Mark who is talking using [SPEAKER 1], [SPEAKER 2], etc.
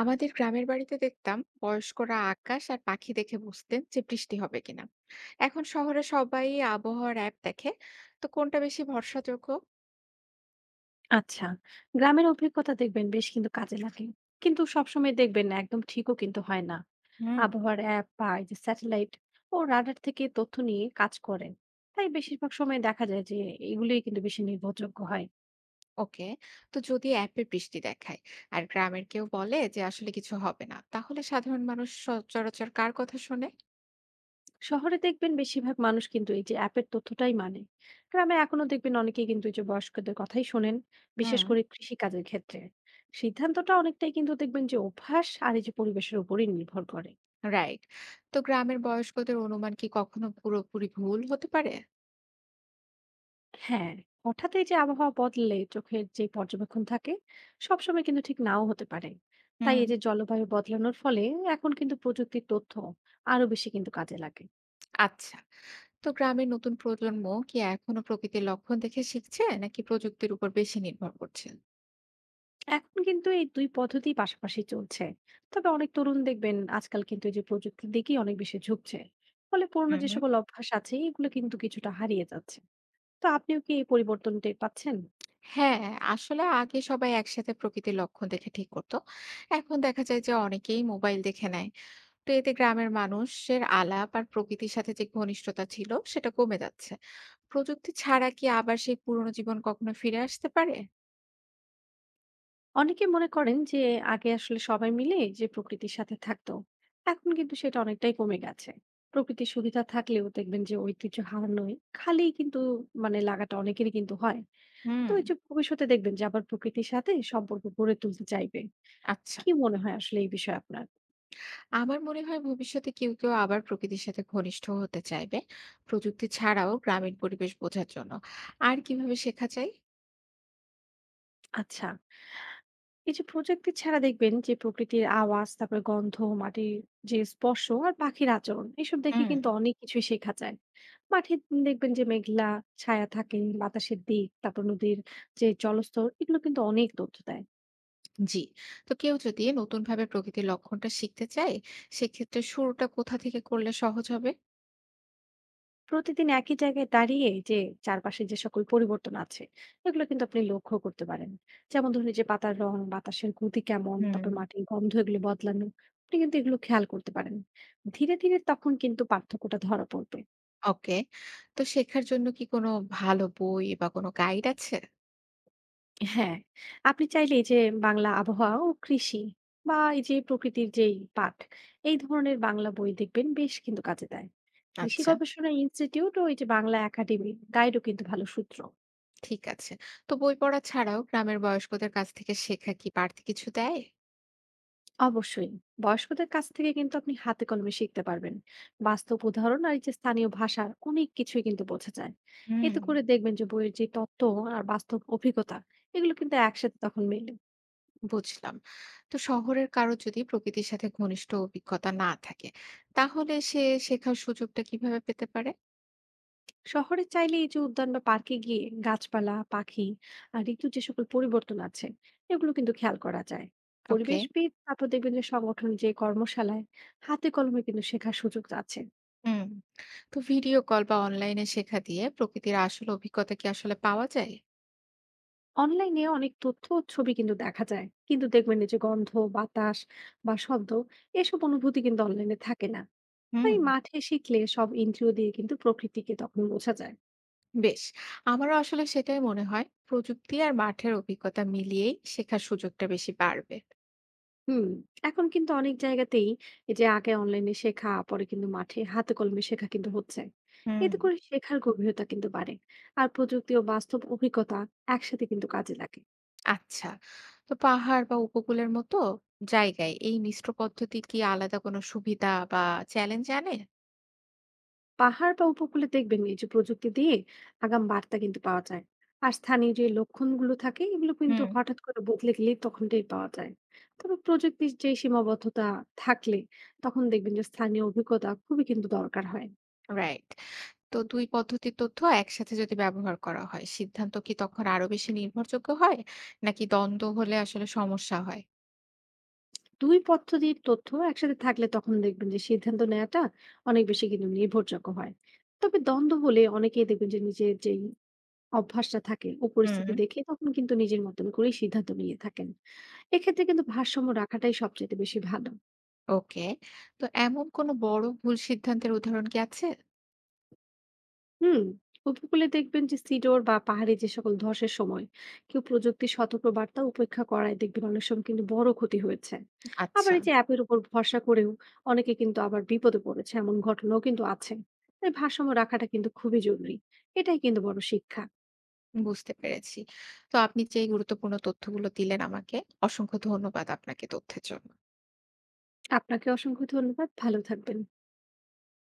[SPEAKER 1] আমাদের গ্রামের বাড়িতে দেখতাম বয়স্করা আকাশ আর পাখি দেখে বুঝতেন যে বৃষ্টি হবে কিনা। এখন শহরে সবাই আবহাওয়ার অ্যাপ দেখে। তো কোনটা বেশি ভরসাযোগ্য?
[SPEAKER 2] আচ্ছা, গ্রামের অভিজ্ঞতা দেখবেন বেশ কিন্তু কাজে লাগে। কিন্তু সবসময় দেখবেন না, একদম ঠিকও কিন্তু হয় না।
[SPEAKER 1] হুম।
[SPEAKER 2] আবহাওয়ার অ্যাপ বা এই যে স্যাটেলাইট ও রাডার থেকে তথ্য নিয়ে কাজ করেন, তাই বেশিরভাগ সময় দেখা যায় যে এগুলোই কিন্তু বেশি নির্ভরযোগ্য হয়।
[SPEAKER 1] ওকে। তো যদি অ্যাপে বৃষ্টি দেখায় আর গ্রামের কেউ বলে যে আসলে কিছু হবে না, তাহলে সাধারণ মানুষ সচরাচর কার কথা শোনে?
[SPEAKER 2] শহরে দেখবেন বেশিরভাগ মানুষ কিন্তু এই যে অ্যাপের তথ্যটাই মানে, গ্রামে এখনো দেখবেন অনেকেই কিন্তু এই যে বয়স্কদের কথাই শোনেন। বিশেষ
[SPEAKER 1] হুম।
[SPEAKER 2] করে কৃষি কাজের ক্ষেত্রে সিদ্ধান্তটা অনেকটাই কিন্তু দেখবেন যে অভ্যাস আর এই যে পরিবেশের উপরই নির্ভর করে।
[SPEAKER 1] রাইট। তো গ্রামের বয়স্কদের অনুমান কি কখনো পুরোপুরি ভুল হতে পারে?
[SPEAKER 2] হ্যাঁ, হঠাৎ এই যে আবহাওয়া বদলে চোখের যে পর্যবেক্ষণ থাকে সবসময় কিন্তু ঠিক নাও হতে পারে। তাই
[SPEAKER 1] হুম।
[SPEAKER 2] এই যে জলবায়ু বদলানোর ফলে এখন কিন্তু প্রযুক্তির তথ্য আরো বেশি কিন্তু কাজে লাগে।
[SPEAKER 1] আচ্ছা। তো গ্রামের নতুন প্রজন্ম কি এখনো প্রকৃতির লক্ষণ দেখে শিখছে নাকি প্রযুক্তির উপর বেশি নির্ভর করছে?
[SPEAKER 2] এখন কিন্তু এই দুই পদ্ধতি পাশাপাশি চলছে। তবে অনেক তরুণ দেখবেন আজকাল কিন্তু এই যে প্রযুক্তির দিকেই অনেক বেশি ঝুঁকছে। ফলে পুরোনো
[SPEAKER 1] হুম
[SPEAKER 2] যে
[SPEAKER 1] হুম।
[SPEAKER 2] সকল অভ্যাস আছে এগুলো কিন্তু কিছুটা হারিয়ে যাচ্ছে। তো আপনিও কি এই পরিবর্তন টের পাচ্ছেন?
[SPEAKER 1] হ্যাঁ, আসলে আগে সবাই একসাথে প্রকৃতির লক্ষণ দেখে ঠিক করতো। এখন দেখা যায় যে অনেকেই মোবাইল দেখে নেয়। তো এতে গ্রামের মানুষের আলাপ আর প্রকৃতির সাথে যে ঘনিষ্ঠতা ছিল সেটা কমে যাচ্ছে। প্রযুক্তি ছাড়া কি আবার সেই পুরনো জীবন কখনো ফিরে আসতে পারে?
[SPEAKER 2] অনেকে মনে করেন যে আগে আসলে সবাই মিলে যে প্রকৃতির সাথে থাকতো, এখন কিন্তু সেটা অনেকটাই কমে গেছে। প্রকৃতির সুবিধা থাকলেও দেখবেন যে ঐতিহ্য হারানোয় খালি কিন্তু মানে লাগাটা অনেকেরই কিন্তু হয়।
[SPEAKER 1] হুম।
[SPEAKER 2] তো এই যে ভবিষ্যতে দেখবেন যে আবার প্রকৃতির সাথে সম্পর্ক গড়ে তুলতে চাইবে।
[SPEAKER 1] আচ্ছা।
[SPEAKER 2] কি মনে হয় আসলে এই বিষয়ে আপনার?
[SPEAKER 1] আমার মনে হয় ভবিষ্যতে কেউ কেউ আবার প্রকৃতির সাথে ঘনিষ্ঠ হতে চাইবে। প্রযুক্তি ছাড়াও গ্রামীণ পরিবেশ বোঝার জন্য আর কিভাবে শেখা যায়?
[SPEAKER 2] আচ্ছা, এই যে প্রযুক্তি ছাড়া দেখবেন যে প্রকৃতির আওয়াজ, তারপরে গন্ধ, মাটির যে স্পর্শ আর পাখির আচরণ এসব দেখে
[SPEAKER 1] হুম।
[SPEAKER 2] কিন্তু অনেক কিছুই শেখা যায়। মাঠে দেখবেন যে মেঘলা ছায়া থাকে, বাতাসের দিক, তারপর নদীর যে জলস্তর এগুলো কিন্তু অনেক তথ্য দেয়।
[SPEAKER 1] জি। তো কেউ যদি নতুন ভাবে প্রকৃতির লক্ষণটা শিখতে চায়, সেক্ষেত্রে শুরুটা কোথা থেকে করলে সহজ হবে?
[SPEAKER 2] প্রতিদিন একই জায়গায় দাঁড়িয়ে যে চারপাশে যে সকল পরিবর্তন আছে এগুলো কিন্তু আপনি লক্ষ্য করতে পারেন। যেমন ধরুন এই যে পাতার রং, বাতাসের গতি কেমন,
[SPEAKER 1] হুম।
[SPEAKER 2] তারপর মাটির গন্ধ এগুলো বদলানো। আপনি কিন্তু এগুলো খেয়াল করতে পারেন। ধীরে ধীরে তখন কিন্তু পার্থক্যটা ধরা পড়বে।
[SPEAKER 1] ওকে। তো শেখার জন্য কি কোনো ভালো বই বা কোনো গাইড আছে?
[SPEAKER 2] হ্যাঁ, আপনি চাইলে এই যে বাংলা আবহাওয়া ও কৃষি বা এই যে প্রকৃতির যেই পাঠ এই ধরনের বাংলা বই দেখবেন বেশ কিন্তু কাজে দেয়। কৃষি
[SPEAKER 1] আচ্ছা।
[SPEAKER 2] গবেষণা ইনস্টিটিউট ও এই যে বাংলা একাডেমি গাইডও কিন্তু ভালো সূত্র।
[SPEAKER 1] ঠিক আছে। তো বই পড়া ছাড়াও গ্রামের বয়স্কদের কাছ থেকে শেখা কি বাড়তি কিছু দেয়?
[SPEAKER 2] অবশ্যই, বয়স্কদের কাছ থেকে কিন্তু আপনি হাতে কলমে শিখতে পারবেন। বাস্তব উদাহরণ আর এই যে স্থানীয় ভাষার অনেক কিছুই কিন্তু বোঝা যায়।
[SPEAKER 1] হুম।
[SPEAKER 2] এতে করে দেখবেন যে বইয়ের যে তত্ত্ব আর বাস্তব অভিজ্ঞতা এগুলো কিন্তু একসাথে তখন মেলে।
[SPEAKER 1] বুঝলাম। তো শহরের কারো যদি প্রকৃতির সাথে ঘনিষ্ঠ অভিজ্ঞতা না থাকে, তাহলে সে শেখার সুযোগটা কিভাবে পেতে পারে?
[SPEAKER 2] শহরে চাইলে এই যে উদ্যান বা পার্কে গিয়ে গাছপালা, পাখি আর ঋতুর যে সকল পরিবর্তন আছে এগুলো কিন্তু খেয়াল করা যায়।
[SPEAKER 1] ওকে।
[SPEAKER 2] পরিবেশবিদ, তারপর দেখবেন যে সংগঠন যে কর্মশালায় হাতে কলমে কিন্তু শেখার সুযোগ আছে।
[SPEAKER 1] হুম। তো ভিডিও কল বা অনলাইনে শেখা দিয়ে প্রকৃতির আসল অভিজ্ঞতা কি আসলে পাওয়া যায়?
[SPEAKER 2] অনলাইনে অনেক তথ্য ও ছবি কিন্তু দেখা যায়, কিন্তু দেখবেন এই যে গন্ধ, বাতাস বা শব্দ এসব অনুভূতি কিন্তু অনলাইনে থাকে না।
[SPEAKER 1] হুম।
[SPEAKER 2] তাই মাঠে শিখলে সব ইন্দ্রিয় দিয়ে কিন্তু প্রকৃতিকে তখন বোঝা যায়।
[SPEAKER 1] বেশ। আমারও আসলে সেটাই মনে হয়, প্রযুক্তি আর মাঠের অভিজ্ঞতা মিলিয়েই শেখার সুযোগটা বেশি বাড়বে।
[SPEAKER 2] হুম, এখন কিন্তু অনেক জায়গাতেই এই যে আগে অনলাইনে শেখা, পরে কিন্তু মাঠে হাতে কলমে শেখা কিন্তু হচ্ছে।
[SPEAKER 1] হুম।
[SPEAKER 2] এতে করে শেখার গভীরতা কিন্তু বাড়ে। আর প্রযুক্তি ও বাস্তব অভিজ্ঞতা একসাথে কিন্তু কাজে লাগে।
[SPEAKER 1] আচ্ছা। তো পাহাড় বা উপকূলের মতো জায়গায় এই মিশ্র পদ্ধতি কি আলাদা কোনো সুবিধা বা চ্যালেঞ্জ আনে?
[SPEAKER 2] পাহাড় বা উপকূলে দেখবেন এই যে প্রযুক্তি দিয়ে আগাম বার্তা কিন্তু পাওয়া যায়। আর স্থানীয় যে লক্ষণগুলো থাকে এগুলো কিন্তু
[SPEAKER 1] হুম।
[SPEAKER 2] হঠাৎ করে বদলে গেলেই তখন টের পাওয়া যায়। তবে প্রযুক্তির যে সীমাবদ্ধতা থাকলে তখন দেখবেন যে স্থানীয় অভিজ্ঞতা খুবই কিন্তু দরকার হয়।
[SPEAKER 1] রাইট। তো ২ পদ্ধতির তথ্য একসাথে যদি ব্যবহার করা হয়, সিদ্ধান্ত কি তখন আরো বেশি নির্ভরযোগ্য হয়? নাকি দ্বন্দ্ব হলে আসলে সমস্যা হয়?
[SPEAKER 2] দুই পদ্ধতির তথ্য একসাথে থাকলে তখন দেখবেন যে সিদ্ধান্ত নেওয়াটা অনেক বেশি কিন্তু নির্ভরযোগ্য হয়। তবে দ্বন্দ্ব হলে অনেকেই দেখবেন যে নিজের যেই অভ্যাসটা থাকে ও
[SPEAKER 1] হুম।
[SPEAKER 2] পরিস্থিতি দেখে তখন কিন্তু নিজের মতন করেই সিদ্ধান্ত নিয়ে থাকেন। এক্ষেত্রে কিন্তু ভারসাম্য রাখাটাই সবচেয়ে বেশি ভালো।
[SPEAKER 1] ওকে। তো এমন কোনো বড় ভুল সিদ্ধান্তের উদাহরণ কি আছে?
[SPEAKER 2] হুম, উপকূলে দেখবেন যে সিডর বা পাহাড়ি যে সকল ধসের সময় কেউ প্রযুক্তি সতর্ক বার্তা উপেক্ষা করায় দেখবেন অনেক সময় কিন্তু বড় ক্ষতি হয়েছে। আবার
[SPEAKER 1] আচ্ছা।
[SPEAKER 2] এই যে অ্যাপের উপর ভরসা করেও অনেকে কিন্তু আবার বিপদে পড়েছে এমন ঘটনাও কিন্তু আছে। তাই ভারসাম্য রাখাটা কিন্তু খুবই জরুরি। এটাই কিন্তু বড় শিক্ষা।
[SPEAKER 1] বুঝতে পেরেছি। তো আপনি যে এই গুরুত্বপূর্ণ তথ্যগুলো দিলেন আমাকে, অসংখ্য ধন্যবাদ আপনাকে তথ্যের জন্য।
[SPEAKER 2] আপনাকে অসংখ্য ধন্যবাদ, ভালো থাকবেন।